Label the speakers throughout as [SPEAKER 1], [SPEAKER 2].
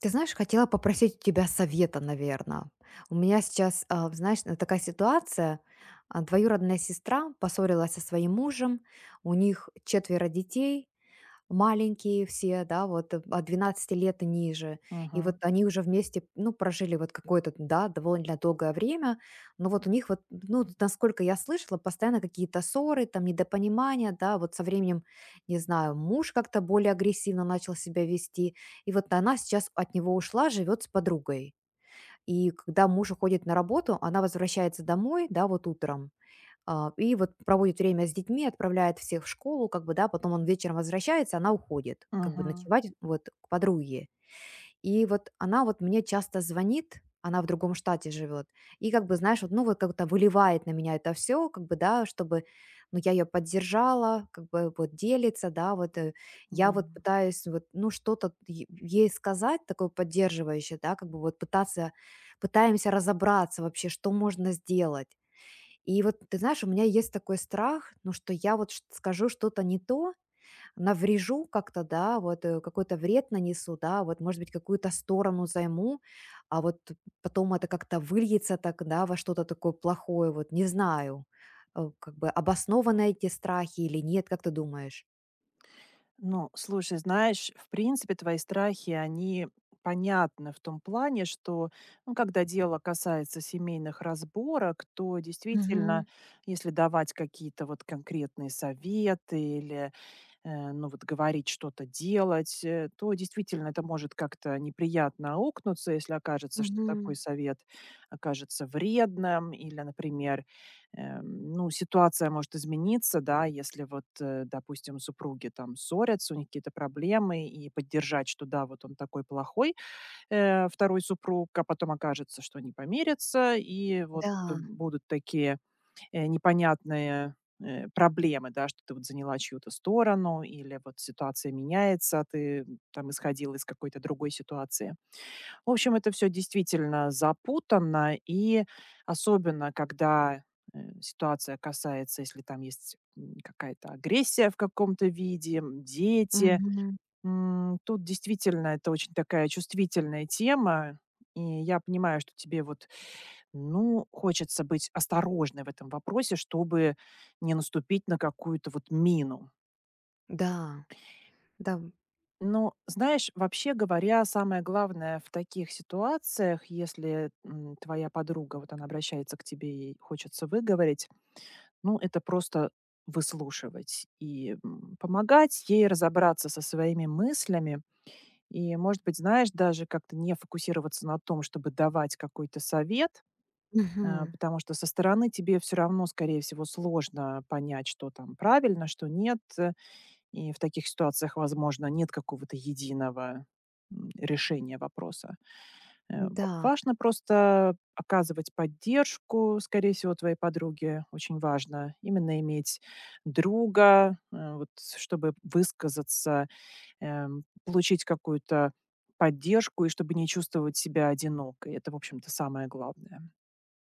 [SPEAKER 1] Ты знаешь, хотела попросить у тебя совета, наверное. У меня сейчас, такая ситуация. Двоюродная сестра поссорилась со своим мужем. У них четверо детей, маленькие все, да, вот, от 12 лет и ниже. И вот
[SPEAKER 2] Мгм.
[SPEAKER 1] они уже вместе, ну, прожили вот какое-то, да, довольно долгое время. Но вот у них вот, ну, насколько я слышала, постоянно какие-то ссоры, там, недопонимания, да, вот со временем, не знаю, муж как-то более агрессивно начал себя вести. И вот она сейчас от него ушла, живет с подругой. И когда муж уходит на работу, она возвращается домой, да, вот утром, и вот проводит время с детьми, отправляет всех в школу, как бы, да, потом он вечером возвращается, она уходит, как бы
[SPEAKER 2] Мгм.
[SPEAKER 1] ночевать вот к подруге. И вот она вот мне часто звонит, она в другом штате живет, и как бы, знаешь, вот, ну, вот как-то выливает на меня это все, как бы, да, чтобы, ну, я ее поддержала, как бы вот делится, да, я
[SPEAKER 2] Да.
[SPEAKER 1] вот пытаюсь вот, ну, что-то ей сказать, такое поддерживающее, да, как бы вот пытаться, пытаемся разобраться вообще, что можно сделать. И вот, ты знаешь, у меня есть такой страх, ну, что я вот скажу что-то не то, наврежу как-то, да, какой-то вред нанесу, да, вот, может быть, какую-то сторону займу, а вот потом это как-то выльется так, да, во что-то такое плохое, вот, не знаю, как бы обоснованы эти страхи или нет, как ты думаешь?
[SPEAKER 2] Ну, слушай, знаешь, в принципе, твои страхи, они понятны в том плане, что, ну, когда дело касается семейных разборок, то действительно,
[SPEAKER 1] Мгм.
[SPEAKER 2] если давать какие-то вот конкретные советы или ну, вот говорить, что-то делать, то действительно это может как-то неприятно аукнуться, если окажется, что
[SPEAKER 1] Мгм.
[SPEAKER 2] такой совет окажется вредным, или, например, ну, ситуация может измениться, да, если вот, допустим, супруги там ссорятся, у них какие-то проблемы, и поддержать, что да, вот он такой плохой, второй супруг, а потом окажется, что они помирятся, и вот
[SPEAKER 1] Да.
[SPEAKER 2] будут такие непонятные, проблемы, да, что ты вот заняла чью-то сторону или вот ситуация меняется, а ты там исходила из какой-то другой ситуации. В общем, это все действительно запутанно, и особенно когда, ситуация касается, если там есть, какая-то агрессия в каком-то виде, дети.
[SPEAKER 1] Мгм.
[SPEAKER 2] Тут действительно это очень такая чувствительная тема, и я понимаю, что тебе вот ну, хочется быть осторожной в этом вопросе, чтобы не наступить на какую-то вот мину.
[SPEAKER 1] Да, да.
[SPEAKER 2] Но, знаешь, вообще говоря, самое главное в таких ситуациях, если твоя подруга, вот она обращается к тебе и хочется выговорить, ну, это просто выслушивать и помогать ей разобраться со своими мыслями. И, может быть, знаешь, даже как-то не фокусироваться на том, чтобы давать какой-то совет.
[SPEAKER 1] Мгм.
[SPEAKER 2] Потому что со стороны тебе все равно, скорее всего, сложно понять, что там правильно, что нет. И в таких ситуациях, возможно, нет какого-то единого, решения вопроса. В
[SPEAKER 1] Да.
[SPEAKER 2] важно просто оказывать поддержку, скорее всего, твоей подруге очень важно именно иметь друга, вот чтобы высказаться, получить какую-то поддержку и чтобы не чувствовать себя одинокой. Это, в общем-то, самое главное.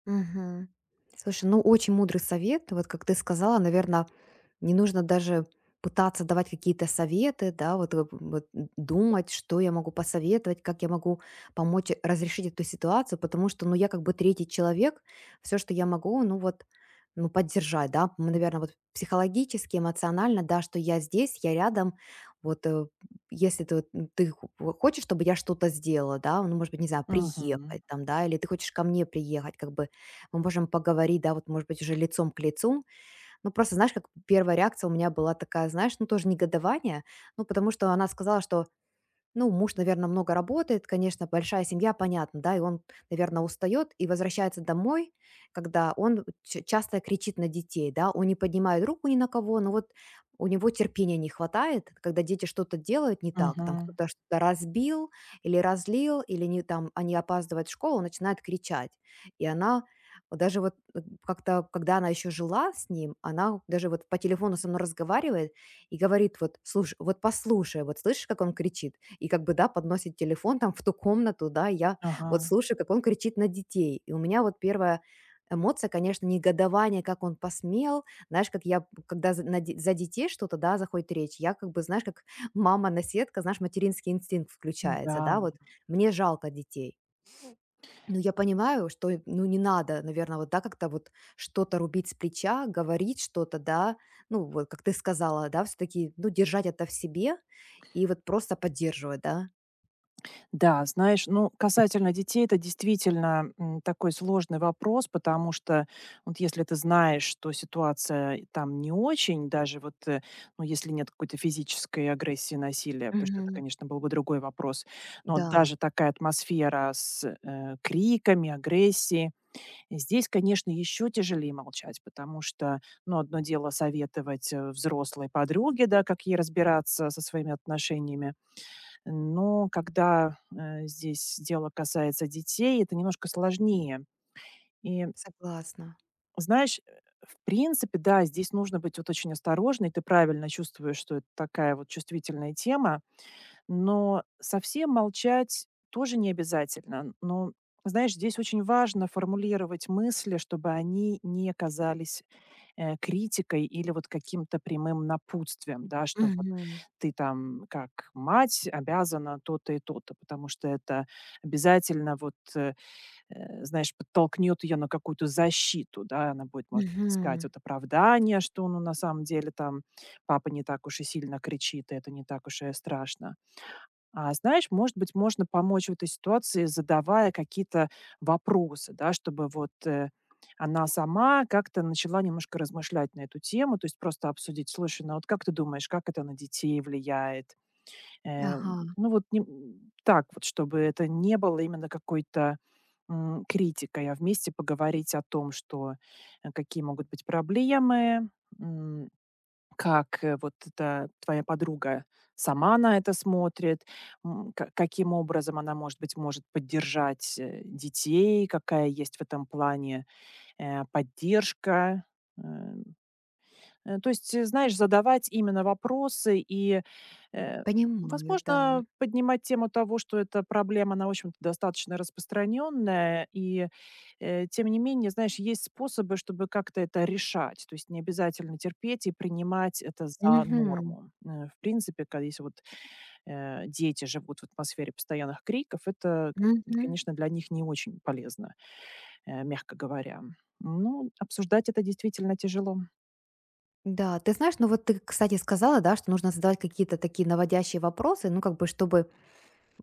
[SPEAKER 1] Мгм. Слушай, ну очень мудрый совет. Вот как ты сказала, наверное, не нужно даже пытаться давать какие-то советы, да, вот думать, что я могу посоветовать, как я могу помочь разрешить эту ситуацию, потому что, ну, я как бы третий человек, все, что я могу, ну, вот, ну, поддержать, да, наверное, вот психологически, эмоционально, да, что я здесь, я рядом, вот, э, если ты, вот, хочешь, чтобы я что-то сделала, да, ну, может быть, не знаю,
[SPEAKER 2] Мгм.
[SPEAKER 1] приехать там, да, или ты хочешь ко мне приехать, как бы мы можем поговорить, да, вот, может быть, уже лицом к лицу. Ну, просто, знаешь, как первая реакция у меня была такая, знаешь, ну, тоже негодование. Ну, потому что она сказала, что ну, муж, наверное, много работает, конечно, большая семья, понятно, да, и он, наверное, устает и возвращается домой, когда он часто кричит на детей, да, он не поднимает руку ни на кого, но вот у него терпения не хватает, когда дети что-то делают не так, там
[SPEAKER 2] Мгм.
[SPEAKER 1] кто-то что-то разбил или разлил, или не, там, они опаздывают в школу, он начинает кричать. И она вот даже как-то, когда она еще жила с ним, она даже вот по телефону со мной разговаривает, и говорит вот: "Слушай, вот послушай, вот слышишь, как он кричит?" И как бы, да, подносит телефон там в ту комнату, да, я вот
[SPEAKER 2] Ага.
[SPEAKER 1] слушаю, как он кричит на детей. И у меня вот первая эмоция, конечно, негодование, как он посмел. Знаешь, как я, когда за, за детей что-то, да, заходит речь, я как бы, знаешь, как мама-наседка, знаешь, материнский инстинкт включается,
[SPEAKER 2] Да.
[SPEAKER 1] да, вот мне жалко детей. Ну, я понимаю, что, ну, не надо, наверное, вот, да, как-то вот что-то рубить с плеча, говорить что-то, да, ну, вот, как ты сказала, да, все-таки, ну, держать это в себе и вот просто поддерживать, да.
[SPEAKER 2] Да, знаешь, ну, касательно детей, это действительно, такой сложный вопрос, потому что вот если ты знаешь, что ситуация там не очень, даже вот, ну, если нет какой-то физической агрессии, насилия, потому что это,
[SPEAKER 1] Мгм.
[SPEAKER 2] конечно, был бы другой вопрос. Но вот
[SPEAKER 1] Да,
[SPEAKER 2] даже такая атмосфера с, криками, агрессией. Здесь, конечно, еще тяжелее молчать, потому что, ну, одно дело советовать взрослой подруге, да, как ей разбираться со своими отношениями, но когда здесь дело касается детей, это немножко сложнее. И
[SPEAKER 1] согласна.
[SPEAKER 2] знаешь, в принципе, да, здесь нужно быть вот очень осторожной. Ты правильно чувствуешь, что это такая вот чувствительная тема, но совсем молчать тоже не обязательно. Но, знаешь, здесь очень важно формулировать мысли, чтобы они не казались критикой или вот каким-то прямым напутствием, да, что вот
[SPEAKER 1] Мгм.
[SPEAKER 2] ты там как мать обязана то-то и то-то, потому что это обязательно вот, знаешь, подтолкнет ее на какую-то защиту, да, она будет, может быть, искать
[SPEAKER 1] Мгм.
[SPEAKER 2] вот оправдание, что ну на самом деле там папа не так уж и сильно кричит, и это не так уж и страшно. А, знаешь, может быть, можно помочь в этой ситуации, задавая какие-то вопросы, да, чтобы вот она сама как-то начала немножко размышлять на эту тему, то есть просто обсудить, слушай, ну вот как ты думаешь, как это на детей влияет? Э,
[SPEAKER 1] Ага,
[SPEAKER 2] ну вот так вот, чтобы это не было именно какой-то критикой, а вместе поговорить о том, что какие могут быть проблемы, м, как, вот эта твоя подруга сама на это смотрит? Ка каким образом она, может быть, может поддержать, детей? Какая есть в этом плане, поддержка? Э То есть, знаешь, задавать именно вопросы и, э,
[SPEAKER 1] понимаю, да.
[SPEAKER 2] возможно, поднимать тему того, что эта проблема, она, в общем-то, достаточно распространенная. И, тем не менее, знаешь, есть способы, чтобы как-то это решать. То есть не обязательно терпеть и принимать это за
[SPEAKER 1] Мгм.
[SPEAKER 2] норму. В принципе, ка если вот, дети живут в атмосфере постоянных криков, это,
[SPEAKER 1] Мгм.
[SPEAKER 2] конечно, для них не очень полезно, мягко говоря. Ну, обсуждать это действительно тяжело.
[SPEAKER 1] Да, ты знаешь, ну вот ты, кстати, сказала, да, что нужно задавать какие-то такие наводящие вопросы, ну, как бы, чтобы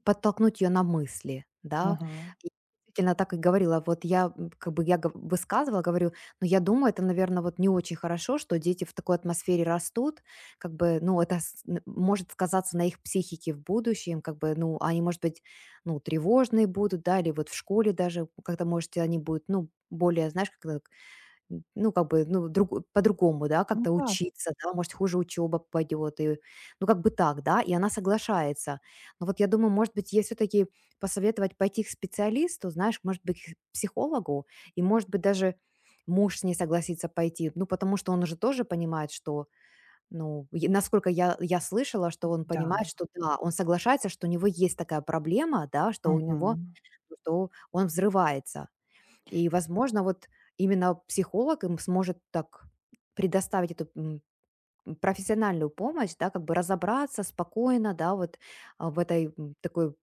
[SPEAKER 1] подтолкнуть ее на мысли, да.
[SPEAKER 2] Мгм.
[SPEAKER 1] И действительно так и говорила. Вот я, как бы я гов высказывала, говорю: "Ну, я думаю, это, наверное, вот не очень хорошо, что дети в такой атмосфере растут. Как бы, ну, это с н может сказаться на их психике в будущем. Как бы, ну, они, может быть, ну, тревожные будут, да, или вот в школе даже, как-то может, они будут, ну, более, знаешь, как это ну, как бы, ну, друг по-другому, да,
[SPEAKER 2] Ну
[SPEAKER 1] как-то
[SPEAKER 2] да.
[SPEAKER 1] учиться, да, может, хуже учеба пойдет, и, ну, как бы так, да, и она соглашается. Но вот я думаю, может быть, ей все-таки посоветовать пойти к специалисту, знаешь, может быть, к психологу, и, может быть, даже муж с ней согласится пойти, ну, потому что он уже тоже понимает, что, ну, насколько я слышала, что он
[SPEAKER 2] Да,
[SPEAKER 1] понимает, что, да, он соглашается, что у него есть такая проблема, да, что у него,
[SPEAKER 2] мгм.
[SPEAKER 1] что он взрывается. И, возможно, вот именно психолог им сможет так предоставить эту профессиональную помощь, да, как бы разобраться спокойно, да, вот в этой такой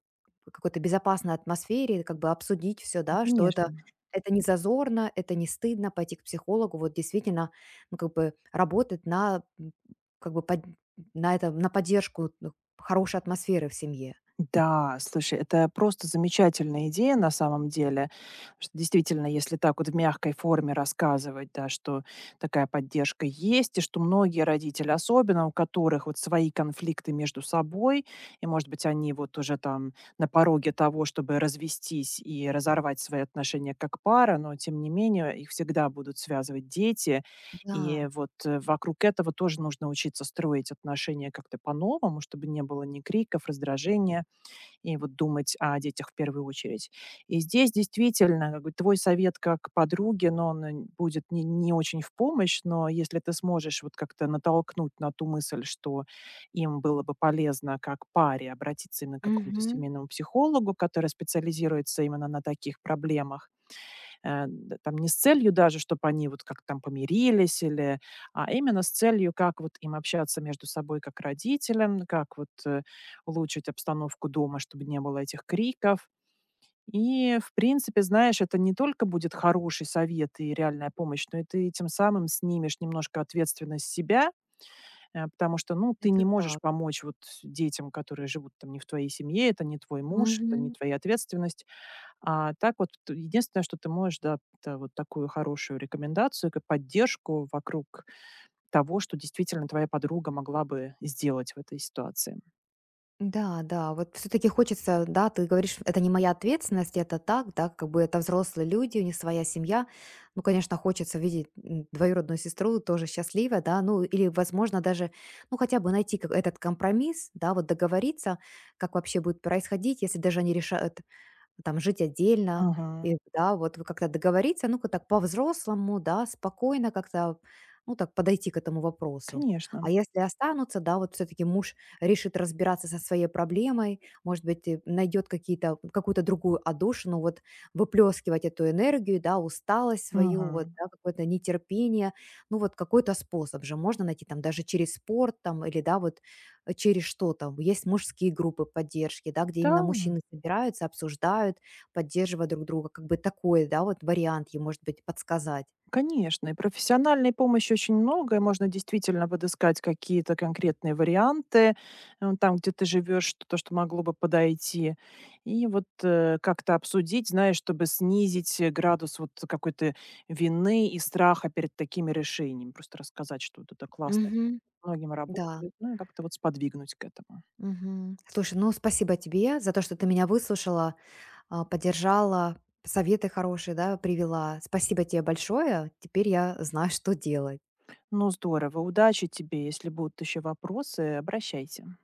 [SPEAKER 1] какой-то безопасной атмосфере, как бы обсудить все,
[SPEAKER 2] Ну,
[SPEAKER 1] да, что
[SPEAKER 2] конечно.
[SPEAKER 1] это не зазорно, это не стыдно пойти к психологу, вот действительно, ну, как бы работать как бы под- на это на поддержку ну, хорошей атмосферы в семье.
[SPEAKER 2] Да, слушай, это просто замечательная идея на самом деле. Потому что действительно, если так вот в мягкой форме рассказывать, да, что такая поддержка есть, и что многие родители, особенно у которых вот свои конфликты между собой, и, может быть, они вот уже там на пороге того, чтобы развестись и разорвать свои отношения как пара, но, тем не менее, их всегда будут связывать дети. И
[SPEAKER 1] Да,
[SPEAKER 2] вот вокруг этого тоже нужно учиться строить отношения как-то по-новому, чтобы не было ни криков, раздражения, и вот думать о детях в первую очередь. И здесь действительно, как бы, твой совет как подруги, но он э, н будет не очень в помощь, но если ты сможешь вот как-то натолкнуть на ту мысль, что им было бы полезно как паре обратиться именно к какому-то
[SPEAKER 1] мгм.
[SPEAKER 2] семейному психологу, который специализируется именно на таких проблемах. Д там не с целью даже, чтобы они вот как там помирились или а именно с целью, как вот им общаться между собой как родителям, как вот, улучшить обстановку дома, чтобы не было этих криков. И, в принципе, знаешь, это не только будет хороший совет и реальная помощь, но и ты тем самым снимешь немножко ответственность с себя, потому что, ну, ты
[SPEAKER 1] Это
[SPEAKER 2] не
[SPEAKER 1] так.
[SPEAKER 2] можешь помочь вот с- детям, которые живут там не в твоей семье, это не твой муж, это не
[SPEAKER 1] Мгм.
[SPEAKER 2] твоя ответственность. А так вот т единственное, что ты можешь, да, это вот такую хорошую рекомендацию, как поддержку вокруг того, что действительно твоя подруга могла бы сделать в этой ситуации.
[SPEAKER 1] Да, да, вот все-таки хочется, да, ты говоришь, это не моя ответственность, это так, да, как бы это взрослые люди, у них своя семья. Ну, конечно, хочется видеть двоюродную сестру тоже счастливой, да, ну, или, возможно, даже, ну, хотя бы найти этот компромисс, да, вот договориться, как вообще будет происходить, если даже они решат там жить отдельно,
[SPEAKER 2] Мгм.
[SPEAKER 1] и да, вот вы как-то договориться, а ну-ка так по-взрослому, да, спокойно как-то, ну, так подойти к этому вопросу. А
[SPEAKER 2] Конечно.
[SPEAKER 1] если останутся, да, вот все-таки муж решит разбираться со своей проблемой, может быть, и найдет какую-то другую одушину, вот выплескивать эту энергию, да, усталость свою,
[SPEAKER 2] Мгм.
[SPEAKER 1] вот, да, какое-то нетерпение, ну, вот какой-то способ же можно найти, там, даже через спорт, там, или, да, вот через что там. Есть мужские группы поддержки, да, где
[SPEAKER 2] Да.
[SPEAKER 1] именно мужчины собираются, обсуждают, поддерживая друг друга. Как бы такой, да, вот вариант ей, может быть, подсказать.
[SPEAKER 2] Конечно, и профессиональной помощи очень много, и можно действительно подыскать какие-то конкретные варианты там, где ты живешь, что- то, что могло бы подойти. И вот как-то обсудить, знаешь, чтобы снизить градус вот какой-то вины и страха перед такими решениями. Просто рассказать, что вот это классно,
[SPEAKER 1] Мгм.
[SPEAKER 2] многим
[SPEAKER 1] Да.
[SPEAKER 2] работает, ну и как-то вот сподвигнуть к этому.
[SPEAKER 1] Мгм. Слушай, ну спасибо тебе за то, что ты меня выслушала, поддержала, советы хорошие, да, привела. Спасибо тебе большое. Теперь я знаю, что делать.
[SPEAKER 2] Ну, здорово, удачи тебе. Если будут еще вопросы, обращайся.